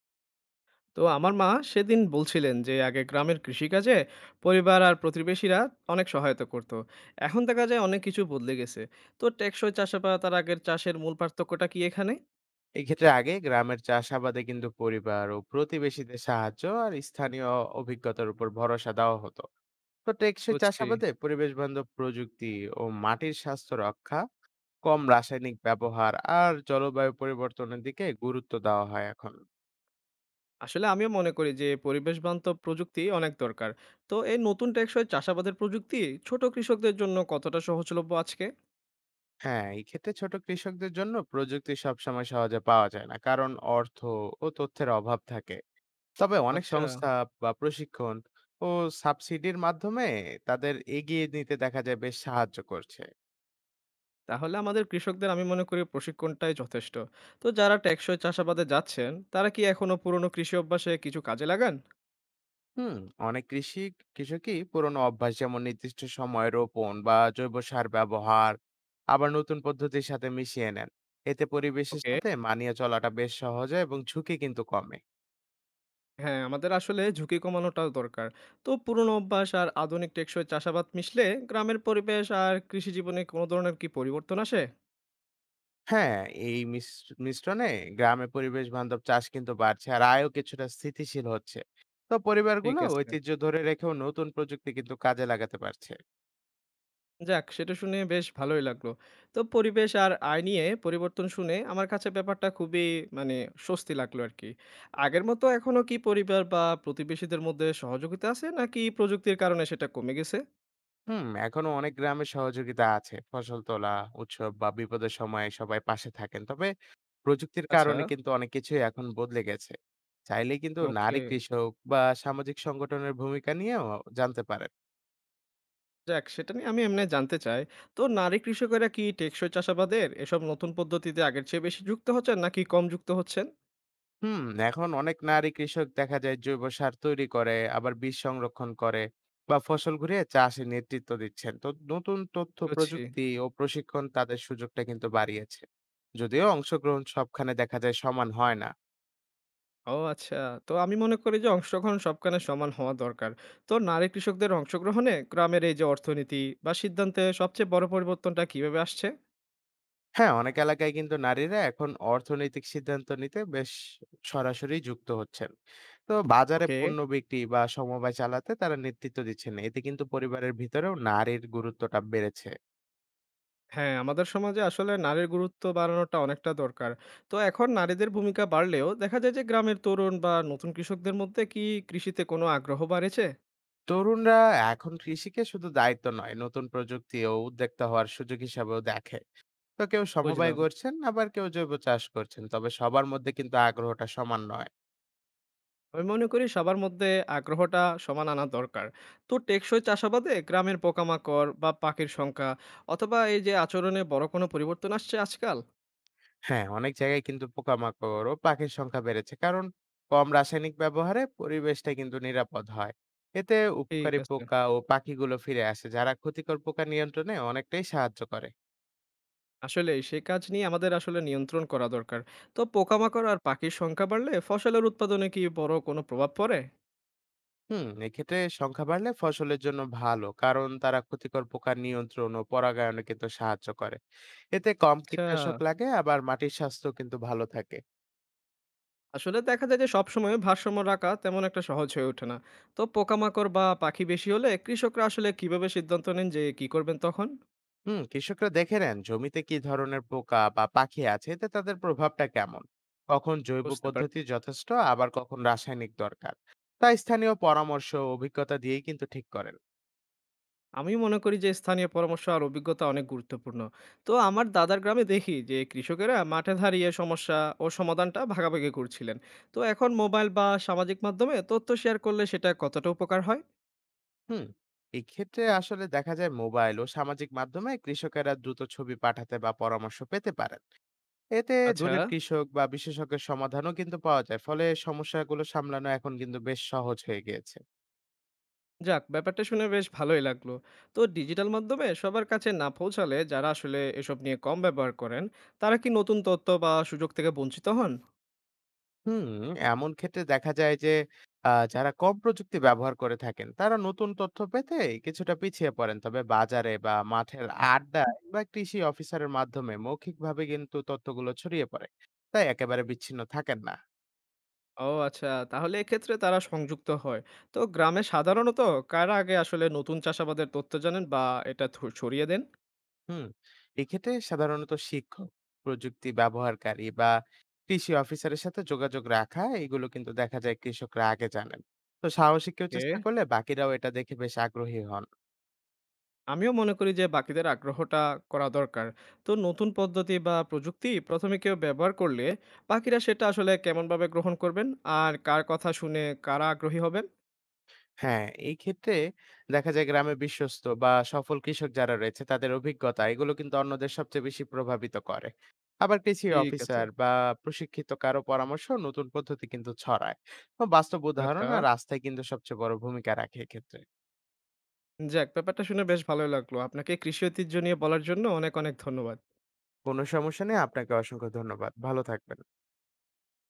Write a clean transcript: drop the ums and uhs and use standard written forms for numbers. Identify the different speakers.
Speaker 1: তো আমার মা সেদিন বলছিলেন যে আগে গ্রামের কৃষিকাজে পরিবার আর প্রতিবেশীরা অনেক সহায়তা করত। এখন দেখা যায় অনেক কিছু বদলে গেছে। তো টেকসই চাষাবাদ আর আগের চাষের মূল পার্থক্যটা কি এখানে?
Speaker 2: এক্ষেত্রে আগে গ্রামের চাষাবাদে কিন্তু পরিবার ও প্রতিবেশীদের সাহায্য আর স্থানীয় অভিজ্ঞতার উপর ভরসা দেওয়া হতো। তো টেকসই
Speaker 1: বুঝছি।
Speaker 2: চাষাবাদে পরিবেশ বান্ধব প্রযুক্তি ও মাটির স্বাস্থ্য রক্ষা, কম রাসায়নিক ব্যবহার আর জলবায়ু পরিবর্তনের দিকে গুরুত্ব দেওয়া হয় এখন।
Speaker 1: আসলে আমিও মনে করি যে পরিবেশ বান্ধব প্রযুক্তি অনেক দরকার। তো এই নতুন টেকসই চাষাবাদের প্রযুক্তি ছোট কৃষকদের জন্য কতটা সহজলভ্য আজকে?
Speaker 2: হ্যাঁ, এই ক্ষেত্রে ছোট কৃষকদের জন্য প্রযুক্তি সবসময় সহজে পাওয়া যায় না, কারণ অর্থ ও তথ্যের অভাব থাকে। তবে অনেক
Speaker 1: আচ্ছা।
Speaker 2: সংস্থা বা প্রশিক্ষণ ও সাবসিডির মাধ্যমে তাদের এগিয়ে নিতে দেখা যায়, বেশ সাহায্য করছে।
Speaker 1: তাহলে আমাদের কৃষকদের আমি মনে করি প্রশিক্ষণটাই যথেষ্ট। তো যারা টেকসই চাষাবাদে যাচ্ছেন তারা কি এখনো পুরনো কৃষি অভ্যাসে কিছু কাজে লাগান?
Speaker 2: হুম, অনেক কৃষকই পুরোনো অভ্যাস যেমন নির্দিষ্ট সময় রোপণ বা জৈব সার ব্যবহার আবার নতুন পদ্ধতির সাথে মিশিয়ে নেন। এতে পরিবেশের
Speaker 1: ওকে।
Speaker 2: সাথে মানিয়ে চলাটা বেশ সহজ হয় এবং ঝুঁকি কিন্তু কমে।
Speaker 1: হ্যাঁ, আমাদের আসলে ঝুঁকি কমানোটাও দরকার। তো পুরনো অভ্যাস আর আধুনিক টেকসই চাষাবাদ মিশলে গ্রামের পরিবেশ আর কৃষি জীবনে কোনো ধরনের কি পরিবর্তন আসে?
Speaker 2: হ্যাঁ, এই মিশ্রণে গ্রামে পরিবেশ বান্ধব চাষ কিন্তু বাড়ছে আর আয়ও কিছুটা স্থিতিশীল হচ্ছে। তো
Speaker 1: ঠিক
Speaker 2: পরিবারগুলো
Speaker 1: আছে।
Speaker 2: ঐতিহ্য ধরে রেখেও নতুন প্রযুক্তি কিন্তু কাজে লাগাতে পারছে।
Speaker 1: যাক, সেটা শুনে বেশ ভালোই লাগলো। তো পরিবেশ আর আয় নিয়ে পরিবর্তন শুনে আমার কাছে ব্যাপারটা খুবই মানে স্বস্তি লাগলো আরকি। আগের মতো এখনো কি পরিবার বা প্রতিবেশীদের মধ্যে সহযোগিতা আছে নাকি প্রযুক্তির কারণে সেটা কমে গেছে?
Speaker 2: হুম, এখনো অনেক গ্রামে সহযোগিতা আছে। ফসল তোলা, উৎসব বা বিপদের সময় সবাই পাশে থাকেন। তবে প্রযুক্তির
Speaker 1: আচ্ছা,
Speaker 2: কারণে কিন্তু অনেক কিছুই এখন বদলে গেছে। চাইলে কিন্তু
Speaker 1: ওকে।
Speaker 2: নারী কৃষক বা সামাজিক সংগঠনের ভূমিকা নিয়েও জানতে পারেন।
Speaker 1: যাক, সেটা নিয়ে আমি এমনে জানতে চাই। তো নারী কৃষকেরা কি টেকসই চাষাবাদের এসব নতুন পদ্ধতিতে আগের চেয়ে বেশি যুক্ত হচ্ছেন নাকি কম যুক্ত হচ্ছেন?
Speaker 2: হুম, এখন অনেক নারী কৃষক দেখা যায় জৈব সার তৈরি করে, আবার বীজ সংরক্ষণ করে বা ফসল ঘুরিয়ে চাষে নেতৃত্ব দিচ্ছেন। তো নতুন তথ্য
Speaker 1: বুঝছি।
Speaker 2: প্রযুক্তি ও প্রশিক্ষণ তাদের সুযোগটা কিন্তু বাড়িয়েছে। যদিও অংশগ্রহণ সবখানে দেখা যায় সমান হয় না।
Speaker 1: ও আচ্ছা। তো আমি মনে করি যে অংশগ্রহণ সবখানে সমান হওয়া দরকার। তো নারী কৃষকদের অংশগ্রহণে গ্রামের এই যে অর্থনীতি বা সিদ্ধান্তে সবচেয়ে বড় পরিবর্তনটা কিভাবে আসছে?
Speaker 2: হ্যাঁ, অনেক এলাকায় কিন্তু নারীরা এখন অর্থনৈতিক সিদ্ধান্ত নিতে বেশ সরাসরি যুক্ত হচ্ছেন। তো বাজারে
Speaker 1: ওকে।
Speaker 2: পণ্য বিক্রি বা সমবায় চালাতে তারা নেতৃত্ব দিচ্ছেন। এতে কিন্তু পরিবারের ভিতরেও নারীর গুরুত্বটা বেড়েছে।
Speaker 1: হ্যাঁ, আমাদের সমাজে আসলে নারীর গুরুত্ব বাড়ানোটা অনেকটা দরকার। তো এখন নারীদের ভূমিকা বাড়লেও দেখা যায় যে গ্রামের তরুণ বা নতুন কৃষকদের মধ্যে কি কৃষিতে কোনো আগ্রহ বাড়েছে?
Speaker 2: তরুণরা এখন কৃষিকে শুধু দায়িত্ব নয়, নতুন প্রযুক্তি ও উদ্যোক্তা হওয়ার সুযোগ হিসাবেও দেখে। তো কেউ সমবায়
Speaker 1: বুঝলাম।
Speaker 2: গড়ছেন, আবার কেউ জৈব চাষ করছেন। তবে সবার মধ্যে কিন্তু আগ্রহটা সমান নয়।
Speaker 1: আমি মনে করি সবার মধ্যে আগ্রহটা সমান আনা দরকার। তো টেকসই চাষাবাদে গ্রামের পোকামাকড় বা পাখির সংখ্যা অথবা এই যে আচরণে বড় কোনো পরিবর্তন আসছে আজকাল?
Speaker 2: হ্যাঁ, অনেক জায়গায় কিন্তু পোকামাকড় ও পাখির সংখ্যা বেড়েছে। কারণ কম রাসায়নিক ব্যবহারে পরিবেশটা কিন্তু নিরাপদ হয়। এতে
Speaker 1: ঠিক
Speaker 2: উপকারী
Speaker 1: আছে।
Speaker 2: পোকা ও পাখিগুলো ফিরে আসে, যারা ক্ষতিকর পোকা নিয়ন্ত্রণে অনেকটাই সাহায্য করে।
Speaker 1: আসলে সেই কাজ নিয়ে আমাদের আসলে নিয়ন্ত্রণ করা দরকার। তো পোকামাকড় আর পাখির সংখ্যা বাড়লে ফসলের উৎপাদনে কি বড় কোনো প্রভাব পড়ে?
Speaker 2: হুম, এক্ষেত্রে সংখ্যা বাড়লে ফসলের জন্য ভালো, কারণ তারা ক্ষতিকর পোকা নিয়ন্ত্রণ ও পরাগায়নে কিন্তু সাহায্য করে। এতে কম
Speaker 1: আচ্ছা।
Speaker 2: কীটনাশক লাগে, আবার মাটির স্বাস্থ্য কিন্তু ভালো থাকে।
Speaker 1: আসলে দেখা যায় যে সবসময় ভারসাম্য রাখা তেমন একটা সহজ হয়ে ওঠে না। তো পোকামাকড় বা পাখি বেশি হলে কৃষকরা আসলে কিভাবে সিদ্ধান্ত নেন যে কি করবেন তখন?
Speaker 2: হুম, কৃষকরা দেখে নেন জমিতে কি ধরনের পোকা বা পাখি আছে, এতে তাদের প্রভাবটা কেমন, কখন জৈব
Speaker 1: বুঝতে পারেন।
Speaker 2: পদ্ধতি যথেষ্ট আবার কখন রাসায়নিক দরকার। তা স্থানীয় পরামর্শ ও অভিজ্ঞতা দিয়েই কিন্তু ঠিক করেন।
Speaker 1: আমি মনে করি যে স্থানীয় পরামর্শ আর অভিজ্ঞতা অনেক গুরুত্বপূর্ণ। তো আমার দাদার গ্রামে দেখি যে কৃষকেরা মাঠে দাঁড়িয়ে সমস্যা ও সমাধানটা ভাগাভাগি করছিলেন। তো এখন মোবাইল বা সামাজিক মাধ্যমে তথ্য শেয়ার করলে সেটা কতটা উপকার হয়?
Speaker 2: হুম, এই ক্ষেত্রে আসলে দেখা যায় মোবাইল ও সামাজিক মাধ্যমে কৃষকেরা দ্রুত ছবি পাঠাতে বা পরামর্শ পেতে পারেন। এতে
Speaker 1: আচ্ছা।
Speaker 2: দূরের কৃষক বা বিশেষজ্ঞের সমাধানও কিন্তু পাওয়া যায়, ফলে সমস্যাগুলো সামলানো এখন কিন্তু বেশ সহজ হয়ে গিয়েছে।
Speaker 1: যাক, ব্যাপারটা শুনে বেশ ভালোই লাগলো। তো ডিজিটাল মাধ্যমে সবার কাছে না পৌঁছালে যারা আসলে এসব নিয়ে কম ব্যবহার করেন তারা কি নতুন তথ্য বা সুযোগ থেকে বঞ্চিত হন?
Speaker 2: হুম, এমন ক্ষেত্রে দেখা যায় যে আ যারা কম প্রযুক্তি ব্যবহার করে থাকেন, তারা নতুন তথ্য পেতে কিছুটা পিছিয়ে পড়েন। তবে বাজারে বা মাঠের আড্ডায় বা কৃষি অফিসারের মাধ্যমে মৌখিকভাবে কিন্তু তথ্যগুলো ছড়িয়ে পড়ে। তাই একেবারে বিচ্ছিন্ন থাকেন না।
Speaker 1: ও আচ্ছা। তাহলে এক্ষেত্রে তারা সংযুক্ত হয়। তো গ্রামে সাধারণত কারা আগে আসলে নতুন চাষাবাদের তথ্য জানেন বা এটা ছড়িয়ে দেন?
Speaker 2: হুম, এক্ষেত্রে সাধারণত শিক্ষক, প্রযুক্তি ব্যবহারকারী বা কৃষি অফিসারের সাথে যোগাযোগ রাখা, এগুলো কিন্তু দেখা যায় কৃষকরা আগে জানেন। তো সাহসী কেউ চেষ্টা
Speaker 1: কে?
Speaker 2: করলে বাকিরাও এটা দেখে বেশ আগ্রহী হন।
Speaker 1: আমিও মনে করি যে বাকিদের আগ্রহটা করা দরকার। তো নতুন পদ্ধতি বা প্রযুক্তি ১ম এ কেউ ব্যবহার করলে বাকিরা সেটা আসলে কেমনভাবে গ্রহণ করবেন? আর কার কথা শুনে কারা আগ্রহী হবেন?
Speaker 2: হ্যাঁ, এই ক্ষেত্রে দেখা যায় গ্রামে বিশ্বস্ত বা সফল কৃষক যারা রয়েছে তাদের অভিজ্ঞতা, এগুলো কিন্তু অন্যদের সবচেয়ে বেশি প্রভাবিত করে। আবার কৃষি
Speaker 1: ঠিক আছে।
Speaker 2: অফিসার বা প্রশিক্ষিত কারো পরামর্শ নতুন পদ্ধতি কিন্তু ছড়ায়। তো বাস্তব উদাহরণ
Speaker 1: আচ্ছা।
Speaker 2: আর রাস্তায় কিন্তু সবচেয়ে বড় ভূমিকা রাখে এক্ষেত্রে।
Speaker 1: যাক, ব্যাপারটা শুনে বেশ ভালোই লাগলো। আপনাকে কৃষি ঐতিহ্য নিয়ে বলার জন্য অনেক, অনেক ধন্যবাদ।
Speaker 2: কোনো সমস্যা নেই, আপনাকে অসংখ্য ধন্যবাদ। ভালো থাকবেন।